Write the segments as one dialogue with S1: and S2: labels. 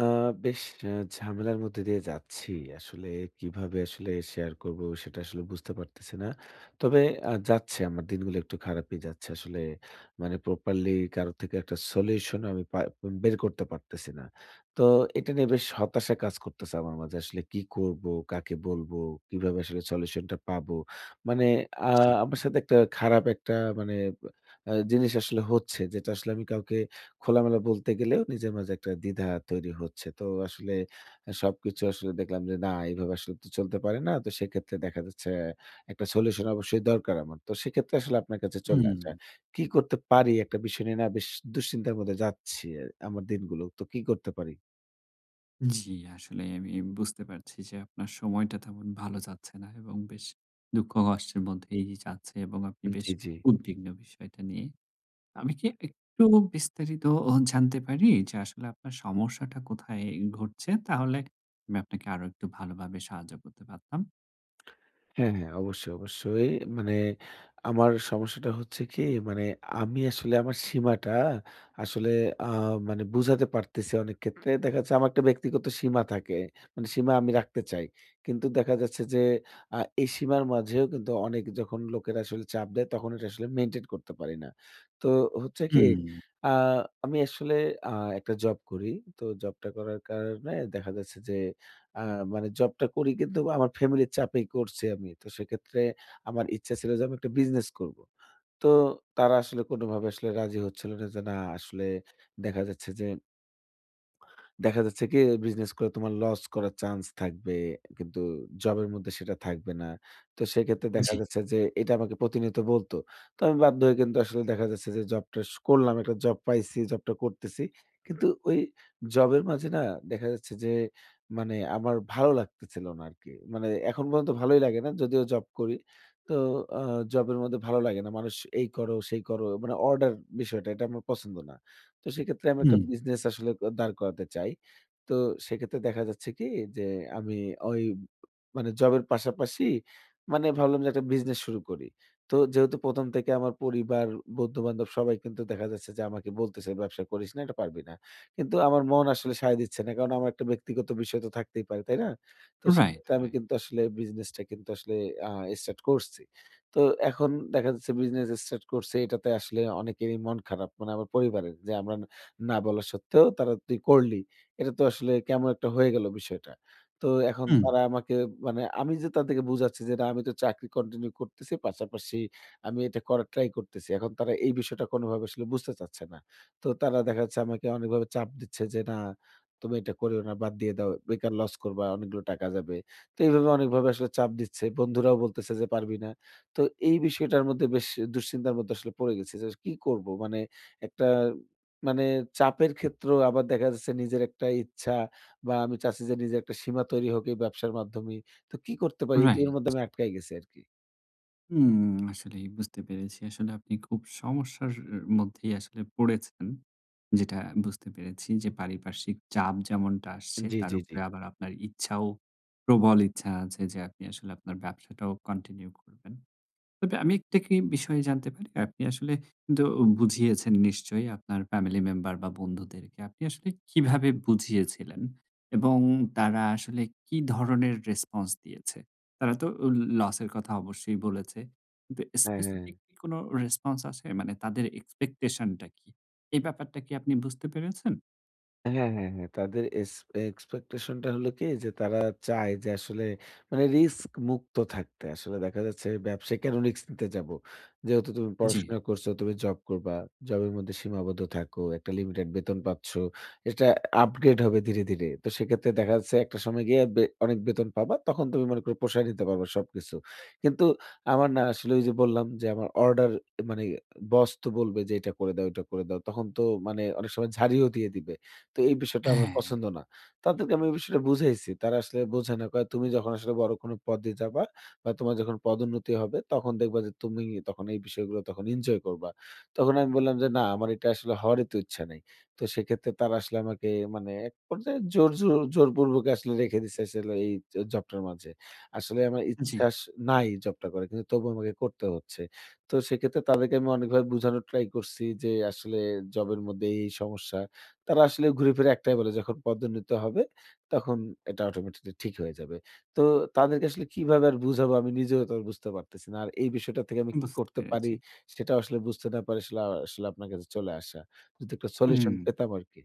S1: আ বেশ ঝামেলার মধ্যে দিয়ে যাচ্ছি। আসলে কিভাবে আসলে শেয়ার করব সেটা আসলে বুঝতে পারতেছি না। তবে যাচ্ছে আমার দিনগুলো একটু খারাপই যাচ্ছে। আসলে মানে প্রপারলি কারো থেকে একটা সলিউশন আমি বের করতে পারতেছি না। তো এটা নিয়ে বেশ হতাশা কাজ করতেছে আমার মাঝে। আসলে কি করব? কাকে বলবো? কিভাবে আসলে সলিউশনটা পাবো? মানে আ
S2: জি।
S1: আমার সাথে একটা খারাপ একটা মানে জিনিস আসলে হচ্ছে যেটা আসলে আমি কাউকে খোলামেলা বলতে গেলেও নিজের মাঝে একটা দ্বিধা তৈরি হচ্ছে। তো আসলে সবকিছু আসলে দেখলাম যে না এভাবে আসলে তো চলতে পারে না। তো সেক্ষেত্রে দেখা যাচ্ছে একটা সলিউশন অবশ্যই দরকার আমার। তো সেক্ষেত্রে আসলে আপনার কাছে
S2: হুম,
S1: চলে আসা।
S2: হুম।
S1: কি করতে পারি একটা বিষয় নিয়ে না বেশ দুশ্চিন্তার মধ্যে যাচ্ছি আমার দিনগুলো। তো কি করতে পারি?
S2: জি, আসলে আমি বুঝতে পারছি যে আপনার সময়টা তেমন ভালো যাচ্ছে না এবং বেশ দুঃখ কষ্টের মধ্যেই যাচ্ছে এবং আপনি বেশ
S1: জি, জি।
S2: উদ্বিগ্ন বিষয়টা নিয়ে। আমি কি একটু বিস্তারিত জানতে পারি যে আসলে আপনার সমস্যাটা কোথায় ঘটছে? তাহলে আমি আপনাকে আরো একটু ভালোভাবে সাহায্য করতে পারতাম।
S1: হ্যাঁ, হ্যাঁ। অবশ্যই, অবশ্যই। মানে আমার সমস্যাটা হচ্ছে কি মানে আমি আসলে আমার সীমাটা আসলে আ মানে বুঝাতে পারতেছি অনেক ক্ষেত্রে। দেখা যাচ্ছে আমার একটা ব্যক্তিগত সীমা থাকে। মানে সীমা আমি রাখতে চাই। কিন্তু দেখা যাচ্ছে যে এই সীমার মাঝেও কিন্তু অনেক যখন লোকেরা আসলে চাপ দেয় তখন এটা আসলে মেইনটেইন করতে পারি না। তো হচ্ছে কি
S2: হুম,
S1: আ আমি আসলে আ একটা জব করি। তো জবটা করার কারণে দেখা যাচ্ছে যে আ মানে জবটা করি কিন্তু আমার ফ্যামিলির চাপেই করছি আমি। তো সেক্ষেত্রে আমার ইচ্ছা ছিল যে আমি একটা বিজনেস করব। তো তারা আসলে কোনভাবে আসলে রাজি হচ্ছিল না যে, না আসলে দেখা যাচ্ছে যে দেখা যাচ্ছে কি বিজনেস করে তোমার লস করার চান্স থাকবে। কিন্তু জবের মধ্যে সেটা থাকবে না। তো সেক্ষেত্রে দেখা
S2: জি,
S1: যাচ্ছে যে এটা আমাকে প্রতিনিয়ত বলতো। তো আমি বাধ্য হয়ে কিন্তু আসলে দেখা যাচ্ছে যে জবটা করলাম। একটা জব পাইছি, জবটা করতেছি। কিন্তু ওই জবের মাঝে না দেখা যাচ্ছে যে মানে আমার ভালো লাগতেছিল না আরকি। মানে এখন পর্যন্ত ভালোই লাগে না যদিও জব করি। তো আ জবের মধ্যে ভালো লাগে না। মানুষ এই করো, সেই করো মানে অর্ডার বিষয়টা এটা আমার পছন্দ না। তো সেক্ষেত্রে আমি একটা
S2: হুম,
S1: বিজনেস আসলে দাঁড় করাতে চাই। তো সেক্ষেত্রে দেখা যাচ্ছে কি যে আমি ওই মানে জবের পাশাপাশি মানে ভাবলাম যে একটা বিজনেস শুরু করি। তো যেহেতু প্রথম থেকে আমার পরিবার, বন্ধু-বান্ধব সবাই কিন্তু দেখা যাচ্ছে যে আমাকে বলতেছে, "ব্যবসা করিস না, এটা পারবি না।" কিন্তু আমার মন আসলে সায় দিচ্ছে না। কারণ আমার একটা ব্যক্তিগত বিষয় তো থাকতেই পারে, তাই না? তো
S2: রাইট,
S1: সেক্ষেত্রে আমি
S2: রাইট,
S1: কিন্তু আসলে বিজনেসটা কিন্তু আসলে আ স্টার্ট করছি। তো এখন দেখা যাচ্ছে বিজনেস স্টার্ট করছে এটাতে আসলে অনেকেরই মন খারাপ। মানে আমার পরিবারের যে আমরা না বলা সত্ত্বেও তারা তুই করলি। এটা তো আসলে কেমন একটা হয়ে গেল বিষয়টা। তো এখন
S2: হুম,
S1: তারা আমাকে মানে আমি যে তাদেরকে বুঝাচ্ছি যে না আমি তো চাকরি কন্টিনিউ করতেছি। পাশাপাশি আমি এটা করার ট্রাই করতেছি। এখন তারা এই বিষয়টা কোনোভাবে আসলে বুঝতে চাচ্ছে না। তো তারা দেখা যাচ্ছে আমাকে অনেকভাবে চাপ দিচ্ছে যে না তুমি এটা করিও না, বাদ দিয়ে দাও। বেকার লস করবা, অনেকগুলো টাকা যাবে। তো এইভাবে অনেকভাবে আসলে চাপ দিচ্ছে। বন্ধুরাও বলতেছে যে পারবি না। তো এই বিষয়টার মধ্যে বেশ দুশ্চিন্তার মধ্যে আসলে পড়ে গেছি যে কি করব? মানে একটা মানে চাপের ক্ষেত্রেও আবার দেখা যাচ্ছে নিজের একটা ইচ্ছা বা আমি চাচ্ছি যে নিজের একটা সীমা তৈরি হোক এই ব্যবসার মাধ্যমে। তো কি করতে পারি? এই ২ এর
S2: রাইট।
S1: মধ্যে আমি আটকায় গেছি আরকি।
S2: হুম, আসলেই বুঝতে পেরেছি। আসলে আপনি খুব সমস্যার মধ্যেই আসলে পড়েছেন। যেটা বুঝতে পেরেছি যে পারিপার্শ্বিক চাপ যেমনটা আসছে
S1: জি,
S2: তার
S1: জি, জি।
S2: উপরে আবার আপনার ইচ্ছাও প্রবল ইচ্ছা আছে যে আপনি আসলে আপনার ব্যবসাটাও কন্টিনিউ করবেন। তবে আমি একটা কি বিষয় জানতে পারি? আপনি আসলে কিন্তু বুঝিয়েছেন নিশ্চয়ই আপনার ফ্যামিলি মেম্বার বা বন্ধুদেরকে। আপনি আসলে কিভাবে বুঝিয়েছিলেন? এবং তারা আসলে কি ধরনের রেসপন্স দিয়েছে? তারা তো লসের কথা অবশ্যই বলেছে। কিন্তু
S1: হ্যাঁ, হ্যাঁ।
S2: স্পেসিফিক কি কোনো রেসপন্স আছে? মানে তাদের এক্সপেকটেশন টা কি? এই ব্যাপারটা কি আপনি বুঝতে পেরেছেন?
S1: হ্যাঁ, হ্যাঁ, হ্যাঁ। তাদের এক্সপেকটেশন টা হলো কি যে তারা চায় যে আসলে মানে রিস্ক মুক্ত থাকতে। আসলে দেখা যাচ্ছে ব্যবসায় কেন রিস্ক নিতে যাব? যেহেতু তুমি
S2: জি।
S1: পড়াশোনা করছো, তুমি জব করবা। জবের মধ্যে সীমাবদ্ধ থাকো। একটা লিমিটেড বেতন পাচ্ছ। এটা আপগ্রেড হবে ধীরে, ধীরে। তো সেক্ষেত্রে দেখা যাচ্ছে একটা সময় গিয়ে অনেক বেতন পাবা। তখন তুমি মনে করো পোষায় নিতে পারবা সবকিছু। কিন্তু আমার না আসলে ওই যে বললাম যে আমার অর্ডার মানে বস তো বলবে যে এটা করে দাও, এটা করে দাও। তখন তো মানে অনেক সময় ঝাড়িও দিয়ে দিবে। তো এই বিষয়টা আমার
S2: হ্যাঁ,
S1: পছন্দ না। তাদেরকে আমি এই বিষয়টা বুঝাইছি। তারা আসলে বোঝে না। কয়, "তুমি যখন আসলে বড় কোনো পদে যাবা বা তোমার যখন পদোন্নতি হবে, তখন দেখবা যে তুমি তখন এই বিষয়গুলো তখন এনজয় করবা।" তখন আমি বললাম যে, "না, আমার এটা আসলে হওয়ারই তো ইচ্ছা নাই।" তো সেক্ষেত্রে তারা আসলে আমাকে মানে এক পর্যায়ে জোর, জোর জোরপূর্বক আসলে রেখে দিছে আসলে এই জবটার মাঝে। আসলে আমার
S2: জি।
S1: ইচ্ছা নাই জবটা করার, কিন্তু তবুও আমাকে করতে হচ্ছে। তো সেক্ষেত্রে তাদেরকে আমি অনেকভাবে বুঝানোর ট্রাই করছি যে, আসলে জবের মধ্যে এই সমস্যা। তারা আসলে ঘুরে ফিরে একটাই বলে যখন পদোন্নতি হবে তখন এটা অটোমেটিকলি ঠিক হয়ে যাবে। তো তাদেরকে আসলে কিভাবে আর বুঝাবো আমি নিজেও তো আর বুঝতে পারতেছি না। আর এই বিষয়টা থেকে আমি কি
S2: বুঝতে
S1: করতে পারি
S2: পেরেছি।
S1: সেটাও আসলে বুঝতে না পারি আসলে আসলে আপনার কাছে চলে আসা। যদি একটা
S2: হুম।
S1: সলিউশন পেতাম আরকি।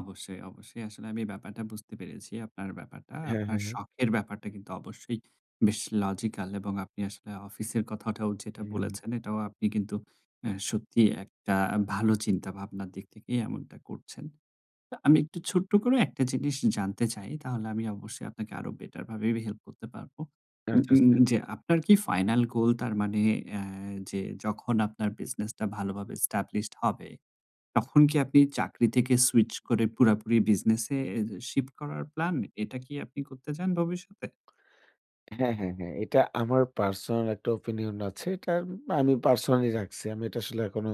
S2: অবশ্যই, অবশ্যই। আসলে আমি ব্যাপারটা বুঝতে পেরেছি। আপনার ব্যাপারটা,
S1: হ্যাঁ,
S2: আপনার
S1: হ্যাঁ, হ্যাঁ।
S2: শখের ব্যাপারটা কিন্তু অবশ্যই বেশ লজিক্যাল এবং আপনি আসলে অফিসের কথাটাও যেটা
S1: হুম।
S2: বলেছেন, এটাও আপনি কিন্তু সত্যিই একটা ভালো চিন্তাভাবনার দিক থেকেই এমনটা করছেন। তো আমি একটু ছোট্ট করে একটা জিনিস জানতে চাই, তাহলে আমি অবশ্যই আপনাকে আরো বেটার ভাবে হেল্প করতে পারবো। উম
S1: আচ্ছা,
S2: উম
S1: আচ্ছা।
S2: যে আপনার কি ফাইনাল গোল তার মানে অ্যা যে যখন আপনার বিজনেসটা ভালোভাবে established হবে তখন কি আপনি চাকরি থেকে সুইচ করে পুরাপুরি বিজনেসে শিফট করার প্ল্যান? এটা কি আপনি করতে চান ভবিষ্যতে?
S1: হ্যাঁ, হ্যাঁ, হ্যাঁ। এটা আমার পার্সোনাল একটা ওপিনিয়ন আছে। এটা আমি পার্সোনালি রাখছি। আমি এটা আসলে এখনো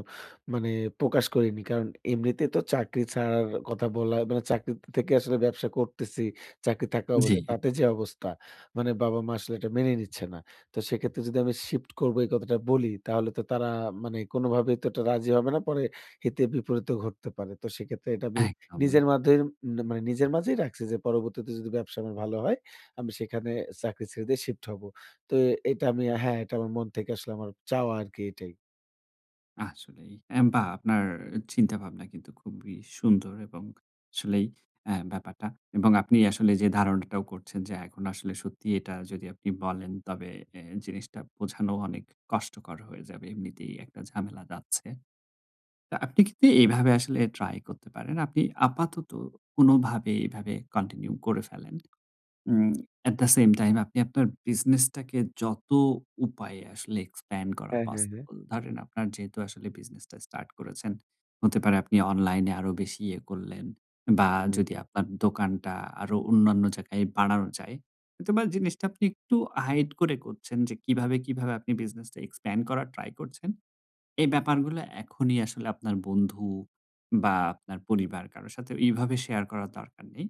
S1: মানে প্রকাশ করিনি। কারণ এমনিতে তো চাকরি ছাড়ার কথা বলা মানে চাকরি থেকে আসলে ব্যবসা করতেছি। চাকরি থাকা
S2: জি,
S1: অবস্থায় তাতে যে অবস্থা, মানে বাবা-মা আসলে এটা মেনে নিচ্ছে না। তো সেক্ষেত্রে যদি আমি শিফট করব এই কথাটা বলি, তাহলে তো তারা মানে কোনোভাবেই তো এটা রাজি হবে না। পরে হিতে বিপরীতও ঘটতে পারে। তো সেক্ষেত্রে এটা আমি
S2: একদম।
S1: নিজের মাধ্যেই মানে নিজের মাঝেই রাখছি যে পরবর্তীতে যদি ব্যবসা আমার ভালো হয় আমি সেখানে চাকরি ছেড়ে দিয়ে শিফট হব। তো এটা আমি হ্যাঁ, এটা আমার মন থেকে আসলে আমার চাওয়া আরকি এটাই।
S2: আসলেই। বাহ! আপনার চিন্তাভাবনা কিন্তু খুবই সুন্দর এবং আসলেই ব্যাপারটা এবং আপনি আসলে যে ধারণাটাও করছেন যে এখন আসলে সত্যি এটা যদি আপনি বলেন তবে জিনিসটা বোঝানো অনেক কষ্টকর হয়ে যাবে। এমনিতেই একটা ঝামেলা যাচ্ছে। তা আপনি কিন্তু এভাবে আসলে ট্রাই করতে পারেন। আপনি আপাতত কোনোভাবে এভাবে কন্টিনিউ করে ফেলেন। Um at the same time আপনি আপনার বিজনেসটাকে যত উপায়ে আসলে এক্সপ্যান্ড করা
S1: হ্যাঁ, হ্যাঁ, হ্যাঁ।
S2: পসিবল। ধরেন আপনার যেহেতু আসলে বিজনেসটা স্টার্ট করেছেন, হতে পারে আপনি অনলাইনে আরো বেশি ইয়ে করলেন বা
S1: হুম।
S2: যদি আপনার দোকানটা আরো অন্যান্য জায়গায় বাড়ানো যায়, হয়তোবা জিনিসটা আপনি একটু হাইড করে করছেন যে কিভাবে আপনি বিজনেসটা এক্সপ্যান্ড করার ট্রাই করছেন। এই ব্যাপারগুলো এখনই আসলে আপনার বন্ধু বা আপনার পরিবার কারো সাথে এইভাবে শেয়ার করার দরকার নেই।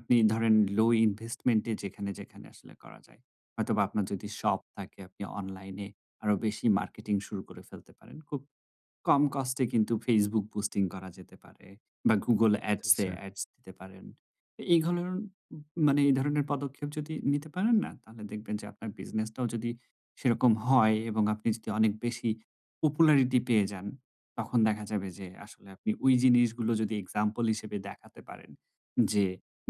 S2: আপনি ধরেন লো ইনভেস্টমেন্ট এ যেখানে আসলে করা যায়। হয়তোবা আপনার যদি শপ থাকে আপনি অনলাইনে আরো বেশি মার্কেটিং শুরু করে ফেলতে পারেন। খুব কম কস্টে কিন্তু Facebook বুস্টিং করা যেতে পারে বা Google
S1: আচ্ছা,
S2: Ads এ
S1: আচ্ছা।
S2: অ্যাডস দিতে পারেন। এই ধরন মানে এই ধরনের পদক্ষেপ যদি নিতে পারেন না, তাহলে দেখবেন যে আপনার বিজনেসটাও যদি সেরকম হয় এবং আপনি যদি অনেক বেশি পপুলারিটি পেয়ে যান, তখন দেখা যাবে যে আসলে আপনি ওই জিনিসগুলো যদি এক্সাম্পল হিসেবে দেখাতে পারেন যে,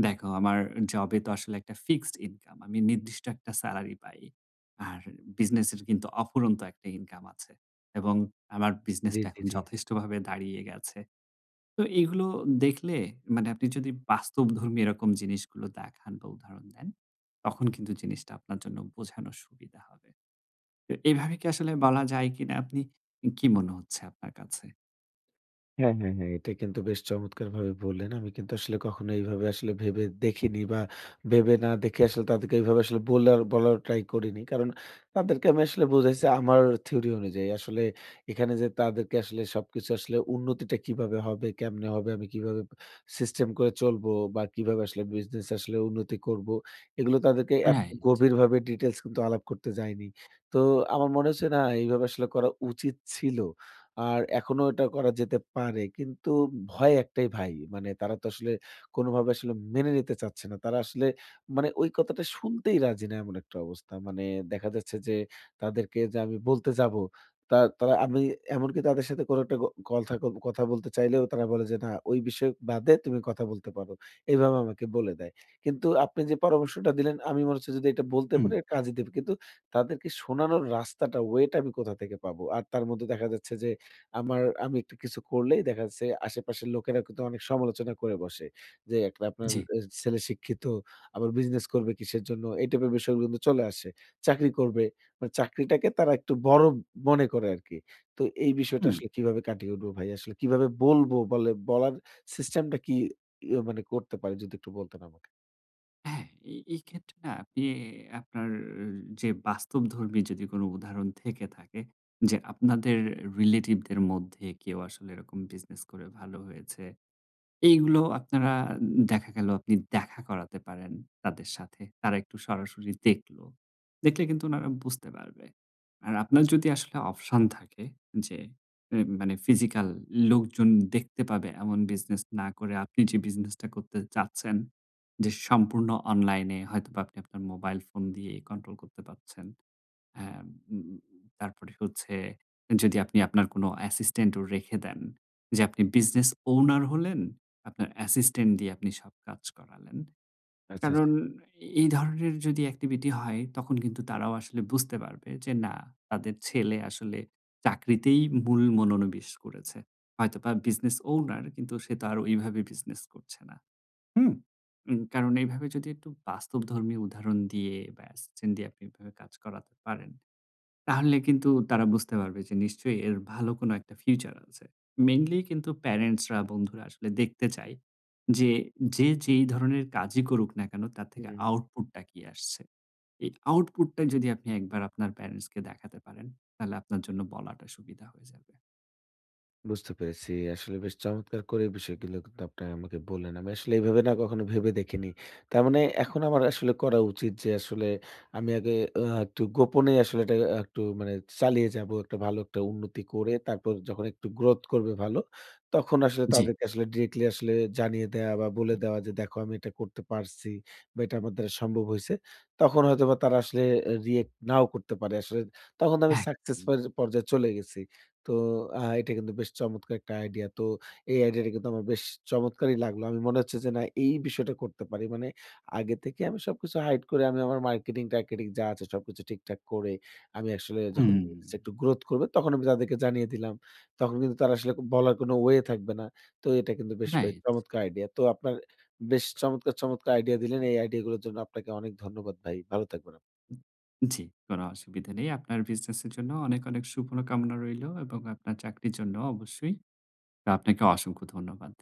S2: "দেখো আমার জবে তো আসলে একটা ফিক্সড ইনকাম। আমি নির্দিষ্ট একটা সেলারি পাই। আর বিজনেসের কিন্তু অফুরন্ত একটা ইনকাম আছে।" এবং আমার
S1: জি,
S2: বিজনেসটা
S1: জি,
S2: এখন
S1: জি।
S2: যথেষ্টভাবে দাঁড়িয়ে গেছে। তো এগুলো দেখলে মানে আপনি যদি বাস্তবধর্মী এরকম জিনিসগুলো দেখান বা উদাহরণ দেন, তখন কিন্তু জিনিসটা আপনার জন্য বোঝানো সুবিধা হবে। তো এভাবে কি আসলে বলা যায় কিনা? আপনি কি মনে হচ্ছে আপনার কাছে?
S1: হ্যাঁ, হ্যাঁ, হ্যাঁ। এটা কিন্তু বেশ চমৎকারভাবে বললেন। আমি কিন্তু আসলে কখনো এইভাবে আসলে ভেবে দেখিনি বা ভেবে না দেখে আসলে তাদেরকে এইভাবে আসলে বলার বলার ট্রাই করিনি। কারণ তাদেরকে আমি আসলে বুঝাইছি আমার থিওরি অনুযায়ী। আসলে এখানে যে তাদেরকে আসলে সবকিছু আসলে উন্নতিটা কিভাবে হবে, কেমনে হবে, আমি কিভাবে সিস্টেম করে চলবো বা কিভাবে আসলে বিজনেস আসলে উন্নতি করবো, এগুলো তাদেরকে এত
S2: রাইট।
S1: গভীরভাবে ডিটেইলস কিন্তু আলাপ করতে যাইনি। তো আমার মনে হচ্ছে না এইভাবে আসলে করা উচিত ছিল। আর এখনো এটা করা যেতে পারে। কিন্তু ভয় একটাই ভাই। মানে তারা তো আসলে কোনোভাবে আসলে মেনে নিতে চাচ্ছে না। তারা আসলে মানে ওই কথাটা শুনতেই রাজি না এমন একটা অবস্থা। মানে দেখা যাচ্ছে যে তাদেরকে যে আমি বলতে যাবো, তা তারা আমি এমনকি তাদের সাথে কোনো একটা কথা কথা বলতে চাইলেও তারা বলে যে, "না ওই বিষয় বাদে তুমি কথা বলতে পারো।" এভাবে আমাকে বলে দেয়। কিন্তু আপনি যে পরামর্শটা দিলেন আমি মনে হচ্ছে যদি এটা বলতে
S2: হুম,
S1: পারি কাজে দেবে। কিন্তু তাদেরকে শোনানোর রাস্তাটা, ওয়েটা আমি কোথা থেকে পাবো? আর তার মধ্যে দেখা যাচ্ছে যে আমি একটু কিছু করলেই দেখা যাচ্ছে আশেপাশের লোকেরা কিন্তু অনেক সমালোচনা করে বসে। যে একটা আপনার
S2: জি।
S1: ছেলে শিক্ষিত, আবার বিজনেস করবে কিসের জন্য? এই টাইপের বিষয়গুলো কিন্তু চলে আসে। চাকরি করবে। মানে চাকরিটাকে তারা একটু বড় মনে করে আরকি। তো এই বিষয়টা
S2: হুম,
S1: আসলে কিভাবে কাটিয়ে উঠবো ভাই? আসলে কিভাবে বলবো? বলার সিস্টেমটা কি ইয়ে মানে করতে পারি যদি একটু বলতেন আমাকে?
S2: হ্যাঁ, এই এই ক্ষেত্রে না আপনি আপনার যে বাস্তবধর্মী যদি কোনো উদাহরণ থেকে থাকে যে আপনাদের রিলেটিভদের মধ্যে কেউ আসলে এরকম বিজনেস করে ভালো হয়েছে এইগুলো আপনারা দেখা গেল আপনি দেখা করাতে পারেন তাদের সাথে। তারা একটু সরাসরি দেখলো। দেখলে কিন্তু উনারা বুঝতে পারবে। আর আপনার যদি আসলে অপশন থাকে যে মানে ফিজিক্যাল লোকজন দেখতে পাবে এমন বিজনেস না করে আপনি যে বিজনেসটা করতে চাচ্ছেন, যে সম্পূর্ণ অনলাইনে হয়তোবা আপনি আপনার মোবাইল ফোন দিয়ে কন্ট্রোল করতে পারছেন। হ্যাঁ, উম তারপরে হচ্ছে যদি আপনি আপনার কোনো অ্যাসিস্ট্যান্টও রেখে দেন যে আপনি বিজনেস ওনার হলেন, আপনার অ্যাসিস্ট্যান্ট দিয়ে আপনি সব কাজ করালেন।
S1: আচ্ছা,
S2: কারণ
S1: আচ্ছা।
S2: এই ধরনের যদি অ্যাক্টিভিটি হয় তখন কিন্তু তারাও আসলে বুঝতে পারবে যে না তাদের ছেলে আসলে চাকরিতেই মূল মনোনিবেশ করেছে। হয়তোবা বিজনেস ওনার কিন্তু সে তো আর ওইভাবে বিজনেস করছে না। হুম? কারণ এইভাবে যদি একটু বাস্তবধর্মী উদাহরণ দিয়ে বা অ্যাসিস্ট্যান্ট দিয়ে আপনি এভাবে কাজ করাতে পারেন। তাহলে কিন্তু তারা বুঝতে পারবে যে নিশ্চয়ই এর ভালো কোনো একটা ফিউচার আছে। মেইনলি কিন্তু প্যারেন্টসরা, বন্ধুরা আসলে দেখতে চায় যে, যে যেই ধরনের কাজই করুক না কেন তার
S1: হুম,
S2: থেকে
S1: হুম।
S2: আউটপুটটা কি আসছে। এই আউটপুটটা যদি আপনি একবার আপনার প্যারেন্টসকে দেখাতে পারেন, তাহলে আপনার জন্য বলাটা সুবিধা হয়ে যাবে।
S1: বুঝতে পেরেছি। আসলে বেশ চমৎকার করে বিষয়গুলো কিন্তু আপনি আমাকে বললেন। আমি আসলে এভাবে না কখনো ভেবে দেখিনি। তার মানে এখন আমার আসলে করা উচিত যে আসলে আমি আগে একটু গোপনে আসলে এটা একটু মানে চালিয়ে যাবো। একটা ভালো একটা উন্নতি করে তারপর যখন একটু গ্রোথ করবে ভালো, তখন আসলে
S2: জি,
S1: তাদেরকে আসলে ডিরেক্টলি আসলে জানিয়ে দেওয়া বা বলে দেওয়া যে, "দেখো আমি এটা করতে পারছি বা এটা আমার দ্বারা সম্ভব হইছে।" তখন হয়তোবা তারা আসলে রিঅ্যাক্ট নাও করতে পারে। আসলে তখন আমি সাকসেস
S2: একদম।
S1: পর্যায়ে চলে গেছি। তো এটা কিন্তু বেশ চমৎকার একটা আইডিয়া। তো এই আইডিয়াটা কিন্তু আমার বেশ চমৎকারই লাগলো। আমি মনে হচ্ছে যে না এই বিষয়টা করতে পারি। মানে আগে থেকে আমি সবকিছু হাইড করে আমি আমার মার্কেটিং-টার্কেটিং যা আছে সবকিছু ঠিকঠাক করে আমি আসলে যখন
S2: হুম,
S1: বিজনেসটা একটু গ্রোথ করবে তখন আমি তাদেরকে জানিয়ে দিলাম। তখন কিন্তু তারা আসলে বলার কোনো ওয়ে থাকবে না। তো এটা কিন্তু বেশ ভাই
S2: রাইট।
S1: চমৎকার আইডিয়া। তো আপনার বেশ চমৎকার আইডিয়া দিলেন। এই আইডিয়াগুলোর জন্য আপনাকে অনেক ধন্যবাদ ভাই। ভালো থাকবেন আপনি।
S2: জি, কোনো অসুবিধা নেই। আপনার বিজনেসের জন্য অনেক, অনেক শুভকামনা রইলো এবং আপনার চাকরির জন্য অবশ্যই। তো আপনাকে অসংখ্য ধন্যবাদ।